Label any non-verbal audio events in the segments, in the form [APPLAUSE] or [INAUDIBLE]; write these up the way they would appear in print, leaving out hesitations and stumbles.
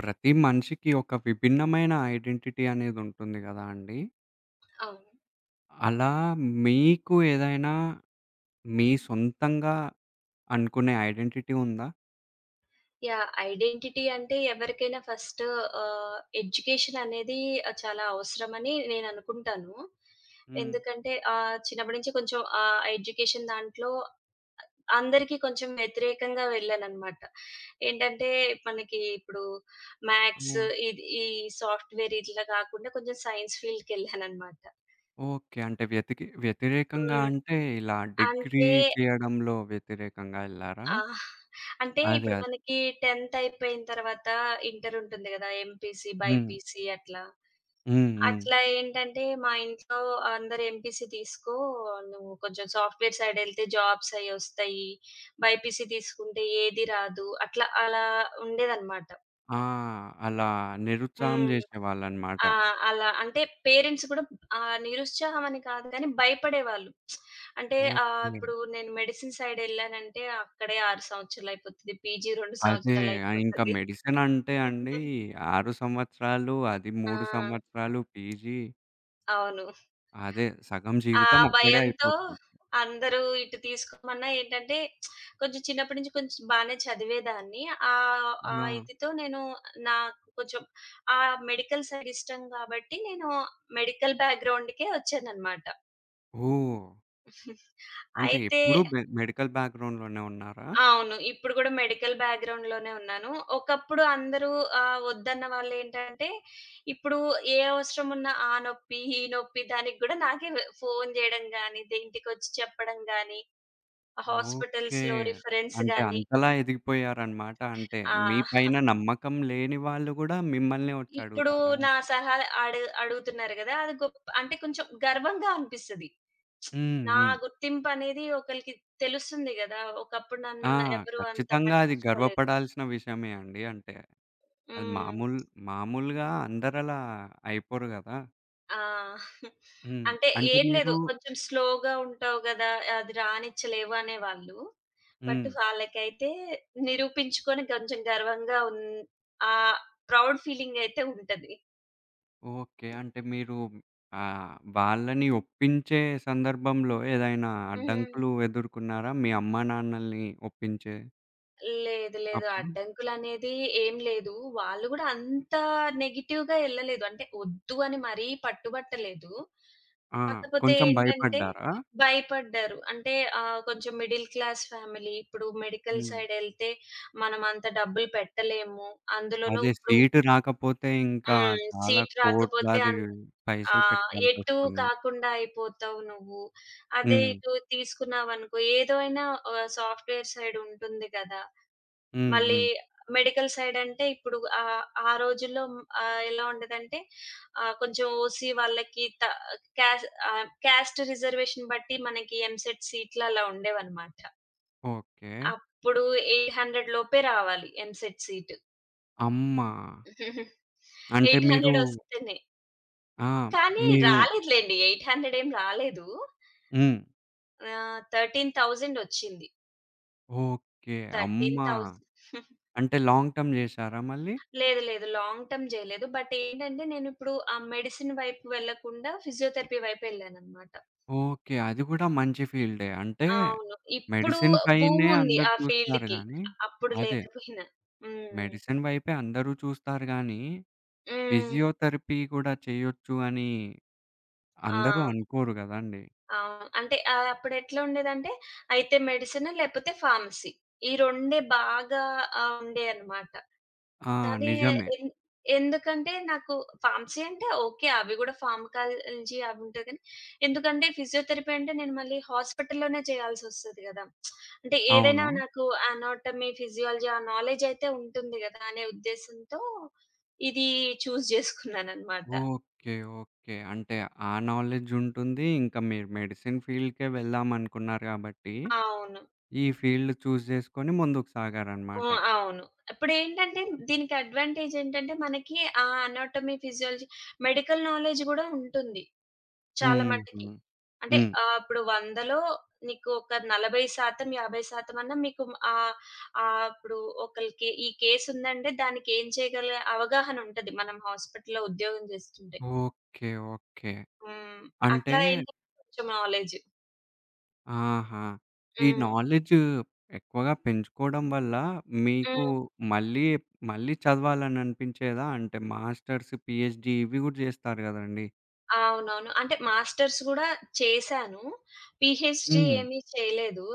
ప్రతి మనిషికి ఒక విభిన్నమైన ఐడెంటిటీ అనేదుంటుంది గదా అండి. అవును. అలా మీకు ఏదైనా మీ సొంతంగా అనుకునే ఐడెంటిటీ ఉందా? యాహ్! ఐడెంటిటీ అంటే ఎవరికైనా ఫస్ట్ ఎడ్యుకేషన్ అనేది చాలా అవసరమని నేననుకుంటాను. హ్మ్. ఎందుకంటే చిన్నప్పటి నుంచి కొంచెం ఎడ్యుకేషన్ దాంట్లో అందరికీ కొంచెం వ్యతిరేకంగా వెళ్ళాననమాట. ఏంటంటే మనకి ఇప్పుడు ఆ! మ్యాథ్స్ ఈ సాఫ్ట్‌వేర్ ఇట్లా కాకుండా కొంచెం సైన్స్ ఫీల్డ్‌కెళ్ళాననమాట. ఓకే. అంటే వ్యతికి వ్యతిరేకంగా హ్మ్. అంటే ఇలా డిగ్రీ అంటే చేయడంలో వ్యతిరేకంగా ఎళ్లారా? ఆ! అంటే అదే. ఇప్పుడు అదే. మనకి 10థ్ అయిపోయిన తర్వాత ఇంటర్ ఉంటుంది గదా! ఎంపీసీ, హ్మ్. బైపీసీ అట్లా. హ్మ్. హ్మ్. అట్లా ఏంటంటే మా ఇంట్లో అందరూ ఎంపీసీ తీసుకో, నువ్వు కొంచెం సాఫ్ట్‌వేర్ సైడ్ ఎళ్తే జాబ్స్ అయి వస్తాయి. బైపీసీ తీసుకుంటే ఏది రాదు. అట్లా అలా ఉండేదనమాట. ఆ! అలా నిరుత్సాహం హ్మ్. జేసేవాళ్ళనమాట. ఆ! అలా అంటే పేరెంట్స్ కూడా నిరుత్సాహం అని కాదు కానీ భయపడేవాళ్ళు. అంటే ఓకే. ఇప్పుడు నేను మెడిసిన్ సైడ్ ఎళ్ళానంటే అక్కడే 6 సంవత్సరాలయిపోతది. పీజీ 2 అదే. ఆ! ఇంకా సంవత్సరాలయిపోతది. మెడిసిన్ అంటే అండి 6 సంవత్సరాలు, అది ఆ! 3 సంవత్సరాలు పీజీ. అవును. అదే సగం ఆ జీవితం అక్కడే భయంతో అయిపోతుంది. అందరూ ఇటు తీసుకోమన్నా ఏంటంటే కొంచెం చిన్నప్పటి నుంచి కొంచెం బానే చదివేదాన్ని. ఆ ఆ! ఇదితో నేను నాకు కొంచెం ఆ మెడికల్ సైడ్ ఇష్టం కాబట్టి నేను మెడికల్ బ్యాక్‌గ్రౌండ్‌కే వచ్చాననమాట. ఓహ్! అంటే అయితే ఎప్పుడూ మెడికల్ బ్యాక్‌గ్రౌండ్‌లోనే ఉన్నారా? అవును. ఇప్పుడు గూడా మెడికల్ బ్యాక్‌గ్రౌండ్‌లోనే ఉన్నాను. ఒకప్పుడు అందరూ వద్దన్న వాళ్ళేంటంటే, ఇప్పుడు ఏ అవసరం ఉన్నా ఆ నొప్పి, ఈ నొప్పి దానికి గూడా నాకే ఫోను జేయడం గానీ, ఇంటికొచ్చి చెప్పడం గానీ, ఓకే. హాస్పిటల్స్‌లో రిఫరెన్స్ అంటే గానీ అంతలా ఎదిగిపోయారన్నమాట. అంటే మీ ఆ! పైన నమ్మకం లేని వాళ్ళు గూడా మిమ్మల్నే వచ్చి ఇప్పుడు అడుగుతారా? నా సహా అడుగుతున్నారు గదా! అది అంటే కొంచెం గర్వంగా అనిపిస్తది. హ్మ్. నా హ్మ్. గుర్తింపనేది ఒకళ్ళకి తెలుస్తుంది గదా! ఒకప్పుడు నన్ను ఆ! న ఎవరు అంత ఖచ్చితంగా అది పట్టించుకోలేదు. గర్వపడాల్సిన విషయమే అండి. అంటే అది హ్మ్. మామూలు మామూలుగా అందరలా అయిపోరు గదా! ఆ! హ్మ్. అంటే అంటే ఏం లేదు. మీరు కొంచెం స్లోగా ఉంటావు గదా! అది రానిచ్చలేవు అనేవాళ్ళు. బట్ హ్మ్. వాళ్ళకైతే నిరూపించుకొని కొంచెం గర్వంగా ఉన్ ఆ ప్రౌడ్ ఫీలింగ్ అయితే ఉంటది. ఓకే. అంటే మీరు ఆహ్, వాళ్ళని ఒప్పించే సందర్భంలో ఏదైనా హ్మ్. అడ్డంకులు ఎదుర్కున్నారా? మీ అమ్మానాన్నల్ని ఒప్పించే లేదు. లేదు. అప్పుడు? అడ్డంకులనేది ఏం లేదు. వాళ్ళు గూడా అంత నెగెటివ్‌గా ఎళ్ళలేదు. అంటే ఒద్దు అని మరీ పట్టుబట్టలేదు. ఆ! కాకపోతే కొంచెం ఏంటంటే భయపడ్డారా? భయపడ్డారు. అంటే కొంచెం మిడిల్ క్లాస్ ఫ్యామిలీ. ఇప్పుడు మెడికల్ హ్మ్. సైడ్ ఎళ్తే మనం అంత డబ్బులు పెట్టలేము. అందులోనూ అదే ఇప్పుడు సీటు రాకపోతే ఇంకా హ్మ్. చాలా సీట్ రాకపోతే కోట్లాది ఆ! పైసలు ఎటు పెట్టాల్సొస్తుంది. కాకుండా అయిపోతావు నువ్వు. అదే హ్మ్. ఇటు తీసుకున్నావనుకో ఏదైనా సాఫ్ట్‌వేర్ సైడ్ ఉంటుంది గదా! హ్మ్. మళ్ళీ హ్మ్. మెడికల్ సైడ్ అంటే ఇప్పుడు ఆ రోజుల్లో ఎలా ఉండేదంటే కొంచెం ఓసీ వాళ్ళకి క్యాస్ట్ రిజర్వేషన్ బట్టి మనకి ఎంసెట్ సీట్లు అలా ఉండేవన్నమాట. ఓకే. అప్పుడు 800 లోపే రావాలి ఎంసెట్ సీట్. అమ్మా! [LAUGHS] అంటే మీరు 800 వస్తేనే. ఆ! కానీ మీరు రాలేదులెండి. 800 ఏం రాలేదు. హ్మ్. 13,000 వచ్చింది. ఓకే. అమ్మా! 13,000. అంటే లాంగ్ టర్మ్ జేశారా మళ్ళీ? లేదు. లేదు. లాంగ్ టర్మ్ జేయలేదు. బట్ ఏంటంటే, నేనిప్పుడు ఆ మెడిసిన్ వైపు వెళ్ళకుండా ఫిజియోథెరపీ వైపెళ్ళాననమాట. ఓకే. అది గూడా మంచి ఫీల్డే. అంటే అవును. ఇప్పుడు మెడిసిన్ పైనే బూముంది అందరూ ఆ చూస్తున్నారు ఫీల్డ్‌కి. గానీ అప్పుడు అదే. లేకపోయినా. హ్మ్. మెడిసిన్ వైపే అందరూ చూస్తారు గానీ, హ్మ్. ఫిజియోథెరపీ గూడా చేయొచ్చు అని ఆ! అందరూ అనుకోరు గదండీ! అవును. అంటే అప్పుడెట్లా ఉండేదంటే, అయితే మెడిసిన్ లేకపోతే ఫార్మసీ. ఈ 2 బాగా ఉండేయన్నమాట. ఆ! కానీ నిజమే. ఎన్ ఎందుకంటే నాకు ఫార్మసీ అంటే ఓకే. అవి గూడా ఫార్మకాలజీ అవి ఉంటాయి గానీ, ఎందుకంటే ఫిజియోథెరపీ అంటే నేను మళ్ళీ హాస్పిటల్‌లోనే చేయాల్సొస్తది గదా! అంటే ఏదైనా అవును. నాకు అనాటమీ, ఫిజియాలజీ ఆ నాలెడ్జ్ అయితే ఉంటుంది గదా! అనే ఉద్దేశంతో ఇది చూజ్ జేసుకున్నానన్నమాట. ఓకే. ఓకే. అంటే ఆ నాలెడ్జ్ ఉంటుంది. ఇంకా మీరు మెడిసిన్ ఫీల్డ్‌కే వెళ్దామనుకున్నారు గాబట్టి, అవును. ఈ ఫీల్డ్ చూజ్ జేసుకొని ముందుకు సాగారనమాట. హ్మ్. అవును. ఇప్పుడేంటంటే దీనికి అడ్వాంటేజ్ ఏంటంటే మనకి ఆ అనాటమీ, ఫిజియాలజీ మెడికల్ నాలెడ్జ్ గూడా ఉంటుంది చాలా మటికి. హుహు. అంటే హ్మ్. ఇప్పుడు 100లో నీకు ఒక 40% 50% అన్నా మీకు ఆహ్, ఆహ్, ఇప్పుడు ఒకళ్ళకి ఈ కేస్ ఉందంటే దానికి ఏం చేయగల అవగాహన ఉంటది. మనం హాస్పిటల్‌లో ఉద్యోగం చేస్తుంటే. ఓకే. ఓకే. హ్మ్. అంటే అట్లా ఏంటంటే కొంచెం నాలెడ్జ్. ఆహా! ఈ హ్మ్. నాలెడ్జ్ ఎక్కువగా పెంచుకోవడం వల్ల మీకు హ్మ్. మళ్ళీ, మళ్ళీ చదవాలని అనిపించేదా? అంటే మాస్టర్స్, పీహెచ్‌డీ ఇవి గూడా జేస్తారు గదండీ! అవునవును. అంటే మాస్టర్స్ గూడా చేశాను. పీహెచ్‌డీ హ్మ్. ఏమీ చేయలేదు.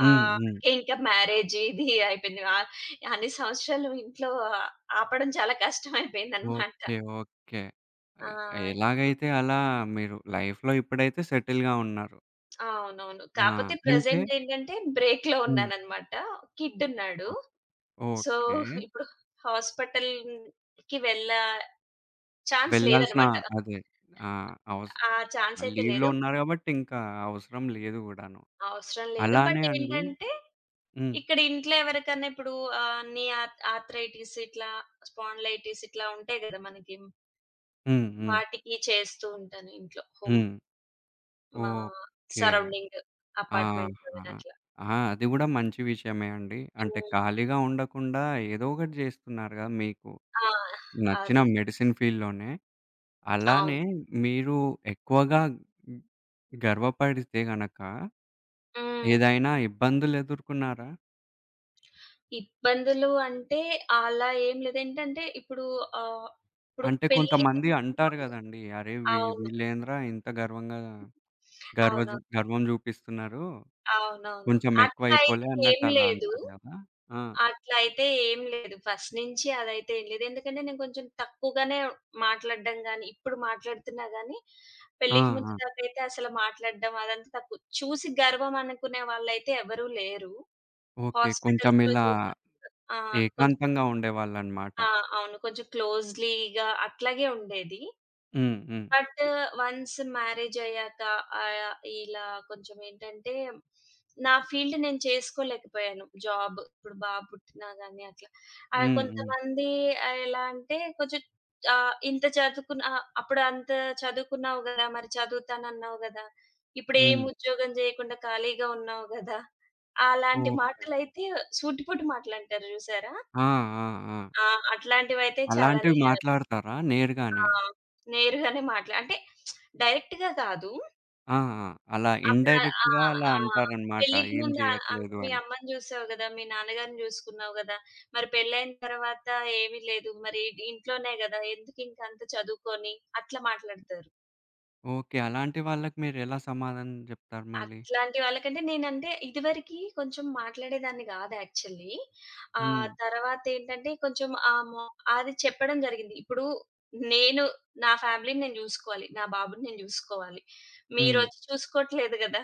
హ్మ్. ఆహ్, హ్మ్. ఇంకా మ్యారేజ్ ఇది అయిపోయింది. అన్ని సంవత్సరాలు ఇంట్లో ఆపడం చాలా కష్టమైపోయిందనమాట. ఓకే. ఓకే. ఆ! ఎ హ్మ్. ఎలాగైతే అలా మీరు లైఫ్‌లో ఇప్పుడైతే సెటిల్‌గా ఉన్నారు. అవునవును. ఆ! కాపోతే అంటే ప్రెజెంట్ ఏంటంటే బ్రేక్‌లో హ్మ్. ఉన్నాననమాట. కిడ్ ఉన్నాడు. Oh so, okay. ఇప్పుడు హాస్పిటల్‌కి ఛాన్స్ వెళ్ళాల్సిన లేదనమాట. అదే. ఆ! అవస్ ఆ ఛాన్స్ అయితే లీవ్‌లో లేదు. ఉన్నారు గాబట్టి ఇంకా అవసరం లేదు గూడాను. అవసరం లేదు. అలానే బట్ అండి ఏంటంటే హ్మ్. ఇక్కడ ఇంట్లో ఎవరికన్నా ఇప్పుడు అన్ని ఆర్థరైటిస్ ఇట్లా, స్పాండిలైటిస్ ఇట్లా ఉంటాయి గదా! మనకి. హ్మ్. హ్మ్. వాటికి చేస్తూ ఉంటాను ఇంట్లో. హోమ్ హ్మ్. మా ఓకే. సరౌండింగ్ ఆహా! అపార్ట్మెంట్‌లో గాని అట్లా. ఆ! అది గూడా మంచి విషయమే అండి. అంటే హ్మ్. ఖాళీగా ఉండకుండా ఏదో ఒకటి జేస్తున్నారు గదా! మీకు ఆ! నచ్చిన అది. మెడిసిన్ ఫీల్డ్‌లోనే. అవును. అలానే మీరు ఎక్కువగా గర్వపడితే గనక హ్మ్. ఏదైనా ఇబ్బందులు ఎదుర్కున్నారా? ఇబ్బందులు అంటే అలా ఏం లేదు. ఏంటంటే ఇప్పుడు ఆహ్, ఇప్పుడు అంటే పెళ్ళికి కొంతమంది అంటారు ముందు గదండీ! "అరే! వీ అవును. వీళ్ళేందిరా ఇంత గర్వంగా అవును. గర్వం జూపిస్తున్నారు." అవునవును. కొంచెం అట్లా ఎక్కువైపోలే అయితే ఏం అన్నట్టు అలా లేదు. అంటారు గదా! ఆ! అట్లా అయితే ఏం లేదు. ఫస్ట్ నుంచి అదైతే ఏం లేదు. ఎందుకంటే నేను కొంచెం తక్కువగానే మాట్లాడడం గాని, ఇప్పుడు మాట్లాడుతున్నా గానీ, ఆ! పెళ్ళికి ముందు ఆ! దాకైతే అసలు మాట్లాడడం అదంతా తక్కువ. చూసి గర్వం అనుకునే వాళ్ళైతే ఎవరూ లేరు. ఓకే. కొంచెం హాస్పిటల్స్‌లో ఇలా చేసినప్పుడు ఆ! కొంచెం ఏకాంతంగా ఉండేవాళ్ళన్నమాట. ఆ! అవును. కొంచెం క్లోజ్‌లీగా అట్లాగే ఉండేది. హ్మ్. హ్మ్. బట్ వన్స్ మ్యారేజ్ అయ్యాక ఆహ్, ఇలా కొంచెం ఏంటంటే నా ఫీల్డ్ నేను చేసుకోలేకపోయాను. జాబ్ ఇప్పుడు బాబు పుట్టినా గాని అట్లా. హ్మ్. హ్మ్. కొంతమంది ఎలా అంటే కొంచెం ఇంత చదువుకున్న అప్పుడు అంత చదువుకున్నావు గదా! మరి చదువుతానన్నావు గదా! ఇప్పుడేం హ్మ్. ఉద్యోగం జేయకుండా ఖాళీగా ఉన్నావు గదా! అలాంటి ఓకే. మాటలైతే సూటిపుటి మాటలంటారు జూసారా? ఆ! ఆ! ఆ! ఆ! అట్లాంటివైతే అలాంటివి చాలానే మాట్లాడతారా నేరుగానే? ఆ! నేరుగానే మాట్లా అంటే డైరెక్ట్‌గా కాదు. ఆ! ఆ! అలా అప్పుడు ఆ! ఇన్‌డైరెక్ట్‌గా అలా ఆ! అంటారన్నమాట. పెళ్ళికి ఏం ముందు ఆహ్, ఆహ్, చేయట్లేదు మీ అని. అమ్మని చూసావు గదా! మీ నాన్నగారిని చూసుకున్నావు గదా! మరి పెళ్ళైన తర్వాత ఏమీ లేదు. మరి ఇంట్లోనే గదా! ఎందుకింకంత చదువుకొని అట్లా మాట్లాడతారు. ఓకే. అలాంటి వాళ్ళకి మీరెలా సమాధానం జెప్తారు మళ్ళీ? అట్లాంటి వాళ్ళకంటే నేనంటే ఇదివరకి కొంచెం మాట్లాడేదాన్ని గాదు యాక్చువల్లీ. హ్మ్. తర్వాతేంటంటే కొంచెం ఆహ్, మొ అది చెప్పడం జరిగింది. ఇప్పుడు నేను నా ఫ్యామిలీని నేను జూసుకోవాలి. నా బాబుని నేను జూసుకోవాలి. హ్మ్. మీరొచ్చి చూసుకోవట్లేదు గదా!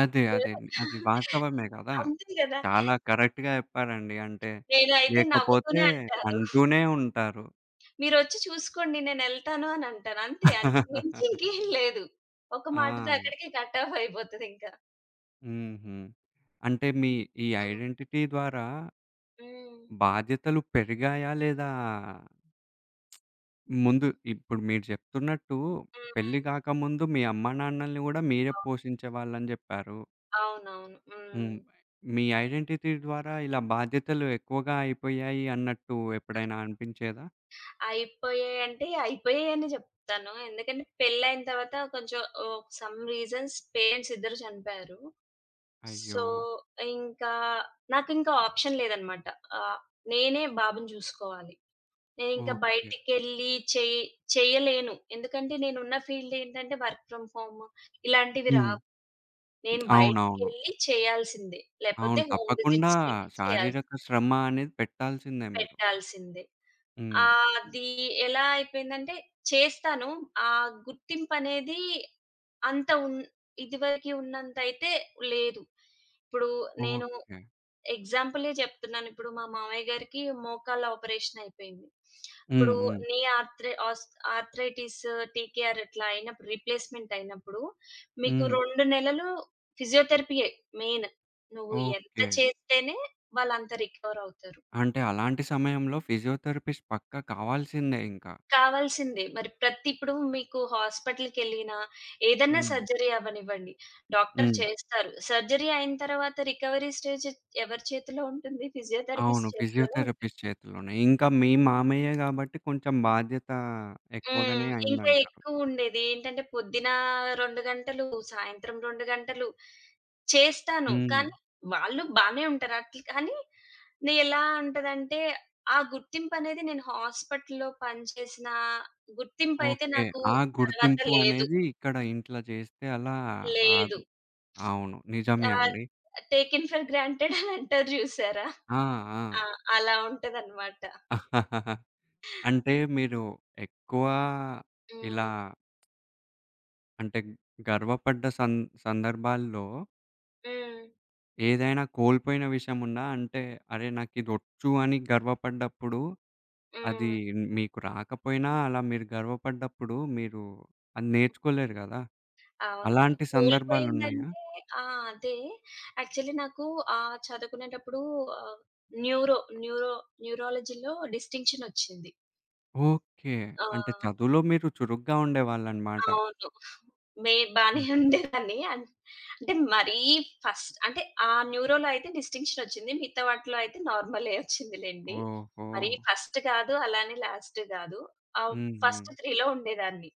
అదే. అదే. ఎవరు అది వాస్తవమే గదా! అంతే గదా! చాలా కరెక్ట్‌గా చెప్పారండి. అంటే నేనైతే లేకపోతే నవ్వుతూనే అంటాను. అంటూనే ఉంటారు. మీరొచ్చి చూసుకోండి, నేనెళ్తాను అనంటాను. అంతే, అంతకు మించి ఇంకేం లేదు. ఒక ఆ! మాటతో అక్కడికే కట్ ఆఫ్ అయిపోతదింకా. హుహు. అంటే మీ ఈ హ్మ్. ఐడెంటిటీ ద్వారా హ్మ్. బాధ్యతలు పెరిగాయా? లేదా ముందు ఇప్పుడు మీరు చెప్తున్నట్టు పెళ్లి హ్మ్. గాకముందు మీ అమ్మానాన్నల్ని గూడా మీరే అవును. పోషించేవాళ్ళని జెప్పారు. అవునవును. హ్మ్. హ్మ్. మీ ఐడెంటిటీ ద్వారా ఇలా బాధ్యతలు ఎక్కువగా అయిపోయాయి అన్నట్టు ఎప్పుడైనా అనిపించేదా? అయిపోయాయంటే అయిపోయాయనే జెప్తాను. ఎందుకంటే పెళ్లయిన తర్వాత కొంచెం ఓహ్, సమ్ రీజన్స్ పేరెంట్స్ ఇద్దరు చనిపోయారు. సో, అయ్యో! ఇంకా నాకింకా ఆప్షన్ లేదనమాట. ఆహ్, నేనే బాబుని జూసుకోవాలి. నేనింకా ఓకే. బయటికెళ్ళి చెయ్యలేను. ఎందుకంటే నేనున్న ఫీల్డ్ ఏంటంటే వర్క్ ఫ్రమ్ హోమ్ ఇలాంటివి హ్మ్. రావు. నేను అవునవును. బయటికెళ్ళి చేయాల్సిందే. లేపోతే అవును. హోమ్ తప్పకుండా విజిట్స్‌కెళ్ళి చేయాల్సి శారీరక శ్రమ అనేది పెట్టాల్సిందే మీరు. పెట్టాల్సిందే. హ్మ్. అది ఎలా అయిపోయిందంటే చేస్తాను. ఆ గుర్తింపనేది అంత ఉన్ ఇదివరకి ఉన్నంతయితే లేదు. ఇప్పుడు నేను ఓకే. ఎగ్జాంపులే చెప్తున్నాను. ఇప్పుడు మా మామయ్య గారికి మోకాళ్ళ ఆపరేషన్ అయిపోయింది. హ్మ్. ఇప్పుడు హ్మ్. నీ ఆర్థ్రె ఆస్ ఆర్థరైటిస్, టీకేఆర్ ఇట్లా అయినప్పుడు రీప్లేస్‌మెంట్ అయినప్పుడు మీకు హ్మ్. 2 నెలలు ఫిజియోథెరపీయే మెయిన్. నువ్వు ఎంత ఓకే. చేస్తేనే వాళ్ళంత రికవర్ అవుతారు. అంటే అలాంటి సమయంలో ఫిజియోథెరపిస్ట్ పక్కా కావాల్సిందే ఇంకా. కావాల్సిందే. మరి ప్రతి ఇప్పుడు మీకు హాస్పిటల్‌కెళ్ళినా, ఏదన్నా హ్మ్. సర్జరీ అవ్వనివ్వండి. డాక్టర్ హ్మ్. చేస్తారు. సర్జరీ అయిన తర్వాత రికవరీ స్టేజ్ ఎవరి చేతిలో ఉంటుంది? అవును. ఫిజియోథెరపిస్ట్ చేతిలోనే ఉంటుంది. ఫిజియోథెరపిస్ట్ చేతిలోనే. ఇంకా మీ మామయ్య గాబట్టి కొంచెం బాధ్యత ఎక్కువగానే హ్మ్. ఇంకా అయిందంటారు. ఎక్కువుండేది. ఏంటంటే పొద్దున 2 గంటలు, సాయంత్రం 2 గంటలు చేస్తాను. హ్మ్. కానీ వాళ్ళు బానే ఉంటారు. అట్ల కానీ ఎలా ఉంటదంటే, ఆ గుర్తింపనేది నేను హాస్పిటల్‌లో పనిచేసిన గుర్తింపయితే ఓకే. నాకు ఆ తర్వాత గుర్తింపు లేదు. అనేది ఇక్కడ ఇంట్లో చేస్తే అలా లేదు. రాదు. అవును. నిజమే ఆహ్, అండి. టేకెన్ ఫర్ గ్రాంటెడ్ అని అంటారు జూసారా? ఆ! ఆ! ఆ! అలా ఉంటదనమాట. [LAUGHS] ఆహాహాహా! అంటే మీరు ఎక్కువ ఇలా హ్మ్. అంటే గర్వపడ్డ సందర్భాల్లో హ్మ్. ఏదైనా కోల్పోయిన విషయం ఉందా? అంటే అరే! నాకిదొచ్చు అని గర్వపడ్డప్పుడు అది హ్మ్. మీకు రాకపోయినా అలా మీరు గర్వపడ్డప్పుడు మీరు అది నేర్చుకోలేరు గదా! అవునవును. అలాంటి సందర్భాలున్నాయా? కోల్పోయిందంటే ఆ! అదే. యాక్చువల్లీ నాకు చదువుకునేటప్పుడు ఆహ్, న్యూరో, న్యూరో న్యూరాలజీలో డిస్టింక్షనొచ్చింది. ఓకే. ఆ! అంటే చదువులో మీరు చురుగ్గా ఉండేవాళ్ళన్నమాట. అవును. మే బానే హుహు. ఉండేదాన్ని. అంటే మరీ ఫస్ట్ అంటే ఆ న్యూరోలో అయితే డిస్టింక్షన్ ఒచ్చింది. మిగతా వాటిలో అయితే నార్మలే ఒచ్చింది లెండి. ఓహో! మరీ ఫస్ట్ గాదు, అలానే లాస్ట్ గాదు. ఆహ్, హుహు. ఫస్ట్ 3లో ఉండేదాన్ని.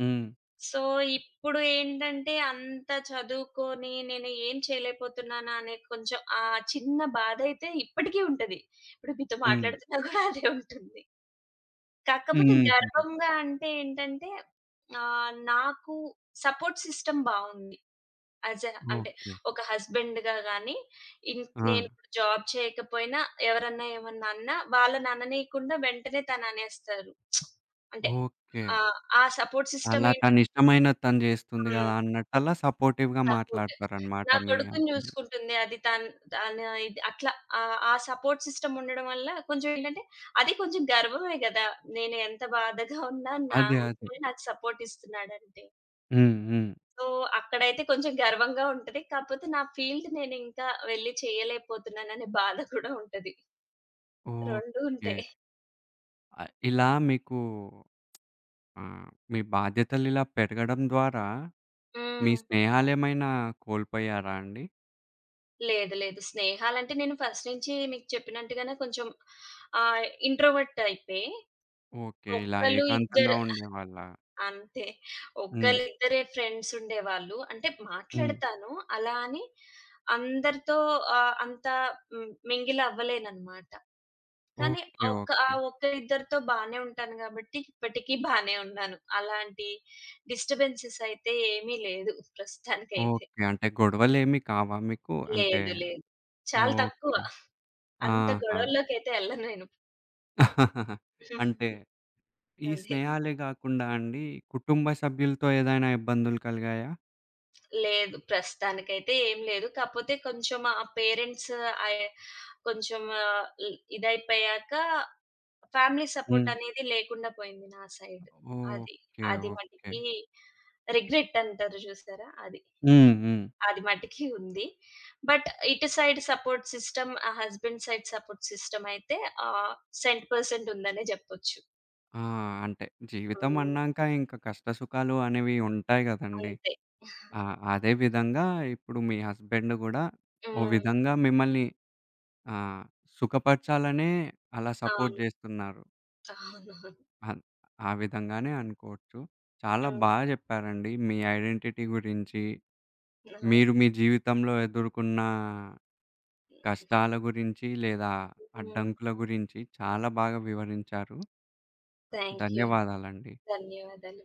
హ్మ్. సో, ఇప్పుడు ఏంటంటే అంత చదువుకొని నేను ఏం చేయలేకపోతున్నానా అనే కొంచెం ఆ చిన్న బాధైతే ఇప్పటికీ ఉంటది. ఇప్పుడు మీతో హ్మ్. మాట్లాడుతున్నా గూడా అదే ఉంటుంది. కాకపోతే హుహు. గర్వంగా అంటే ఏంటంటే నాకు సపోర్ట్ సిస్టమ్ బావుంది. యాజ్ ఎ అంటే ఓకే. ఒక హస్బెండ్‌గా గాని, ఇన్ ఆ! నేను ఇప్పుడు జాబ్ చేయకపోయినా ఎవరన్నా ఏమన్నా అన్నా వాళ్ళని అననీయకుండా వెంటనే తననేస్తారు. అంటే ఓకే. ఆ సపోర్ట్ సిస్టమ్ అలా ఏంటంటే తనిష్టమైనది తను జేస్తుంది హ్మ్. గదా! అన్నట్టలా సపోర్టివ్‌గా సపోర్ట్. మాట్లాడతారనమాట నా మీ కొడుకుని అబ్బాయిని. చూసుకుంటుంది. అది తను ఇది అట్లా ఆ సపోర్ట్ సిస్టమ్ ఉండడం వల్ల కొంచెం ఏంటంటే అది కొంచెం గర్వమే గదా! నేను ఎంత బాధగా ఉన్నా నా అదే. అదే. హస్బెండ్ నాకు సపోర్ట్ ఇస్తున్నాడంటే. హ్మ్. హ్మ్. సో, అక్కడైతే కొంచెం గర్వంగా ఉంటది. కాపోతే నా ఫీల్డ్ నేనింకా వెళ్లి చేయలేకపోతున్నాననే బాధ కూడా ఉంటది. 2 ఓకే. ఉంటాయి. ఆహ్, ఇలా మీకు ఆహ్, మీ బాధ్యతలిలా పెరగడం ద్వారా మీ హ్మ్. స్నేహాలేమైనా కోల్పోయారా అండి? లేదు. లేదు. స్నేహాలంటే నేను ఫస్ట్ నుంచి మీకు చెప్పినట్టుగానే కొంచెం ఇంట్రోవర్ట్ టైపే. ఓకే. ఇలా ఒక్కళ్ళు, ఏకాంతంగా ఇద్దరు ఉండేవాళ్ళ? అంతే. హ్మ్. ఒక్కళ్ళిద్దరే ఫ్రెండ్స్ ఉండేవాళ్ళు. అంటే హ్మ్. మాట్లాడతాను. అలా అని అందరితో అంత మింగిల్ అవ్వలేననమాట. కానీ ఓకే. ఓకే. ఒక్క ఇద్దరితో బానే ఉంటాను గాబట్టి, ఇప్పటికీ బానే ఉన్నాను. అలాంటి డిస్టర్బెన్సెస్ అయితే ఏమీ లేదు ప్రస్తుతానికైతే. ఓకే. అంటే గొడవలేమి కావా మీకు? అంటే లేదు. లేదు. చాలా తక్కువ. ఓకే. అంత ఆహా! గొడవల్లోకైతే ఎళ్ళను నేను. [LAUGHS] అంటే ఈ అదే. స్నేహాలే గాకుండా అండి, కుటుంబ సభ్యులతో ఏదైనా ఇబ్బందులు కలిగాయా? లేదు. ప్రస్తుతానికైతే ఏం లేదు. కాపోతే కొంచెం ఆ పేరెంట్స్ ఆహ్, కొంచెం ఆహ్, ఇ ఇదైపోయాక ఫ్యామిలీ సపోర్ట్ హ్మ్. అనేది లేకుండా పోయింది నా సైడ్. అది. ఓకే. అది ఓకే. మటికి రిగ్రెట్ అంటారు చూసారా? అది. హ్మ్. హ్మ్. అది మటికి ఉంది. బట్ ఇటు సైడ్ సపోర్ట్ సిస్టమ్, ఆ హస్బెండ్ సైడ్ సపోర్ట్ సిస్టమ్ అయితే ఆహ్, 100% ఉందనే జెప్పొచ్చు. ఆ! అంటే జీవితం హ్మ్. అన్నాక ఇంక కష్ట సుఖాలు అనేవి ఉంటాయి గదండీ. అంతే. ఆ! అదే విధంగా ఇప్పుడు మీ హస్బెండ్ గూడా ఓ హ్మ్. విధంగా మిమ్మల్ని ఆహ్, సుఖపరచాలనే అలా సపోర్ట్ అవును. జేస్తున్నారు. అవును. అన్ ఆ విధంగానే అనుకోవచ్చు. చాలా హ్మ్. జెప్పారండి మీ ఐడెంటిటీ గురించి, అవును. మీరు మీ జీవితంలో ఎదుర్కొన్న కష్టాల గురించి లేదా హ్మ్. అడ్డంకుల గురించి చాలా బాగా వివరించారు. Thank you. ధన్యవాదాలండి. ధన్యవాదాలు.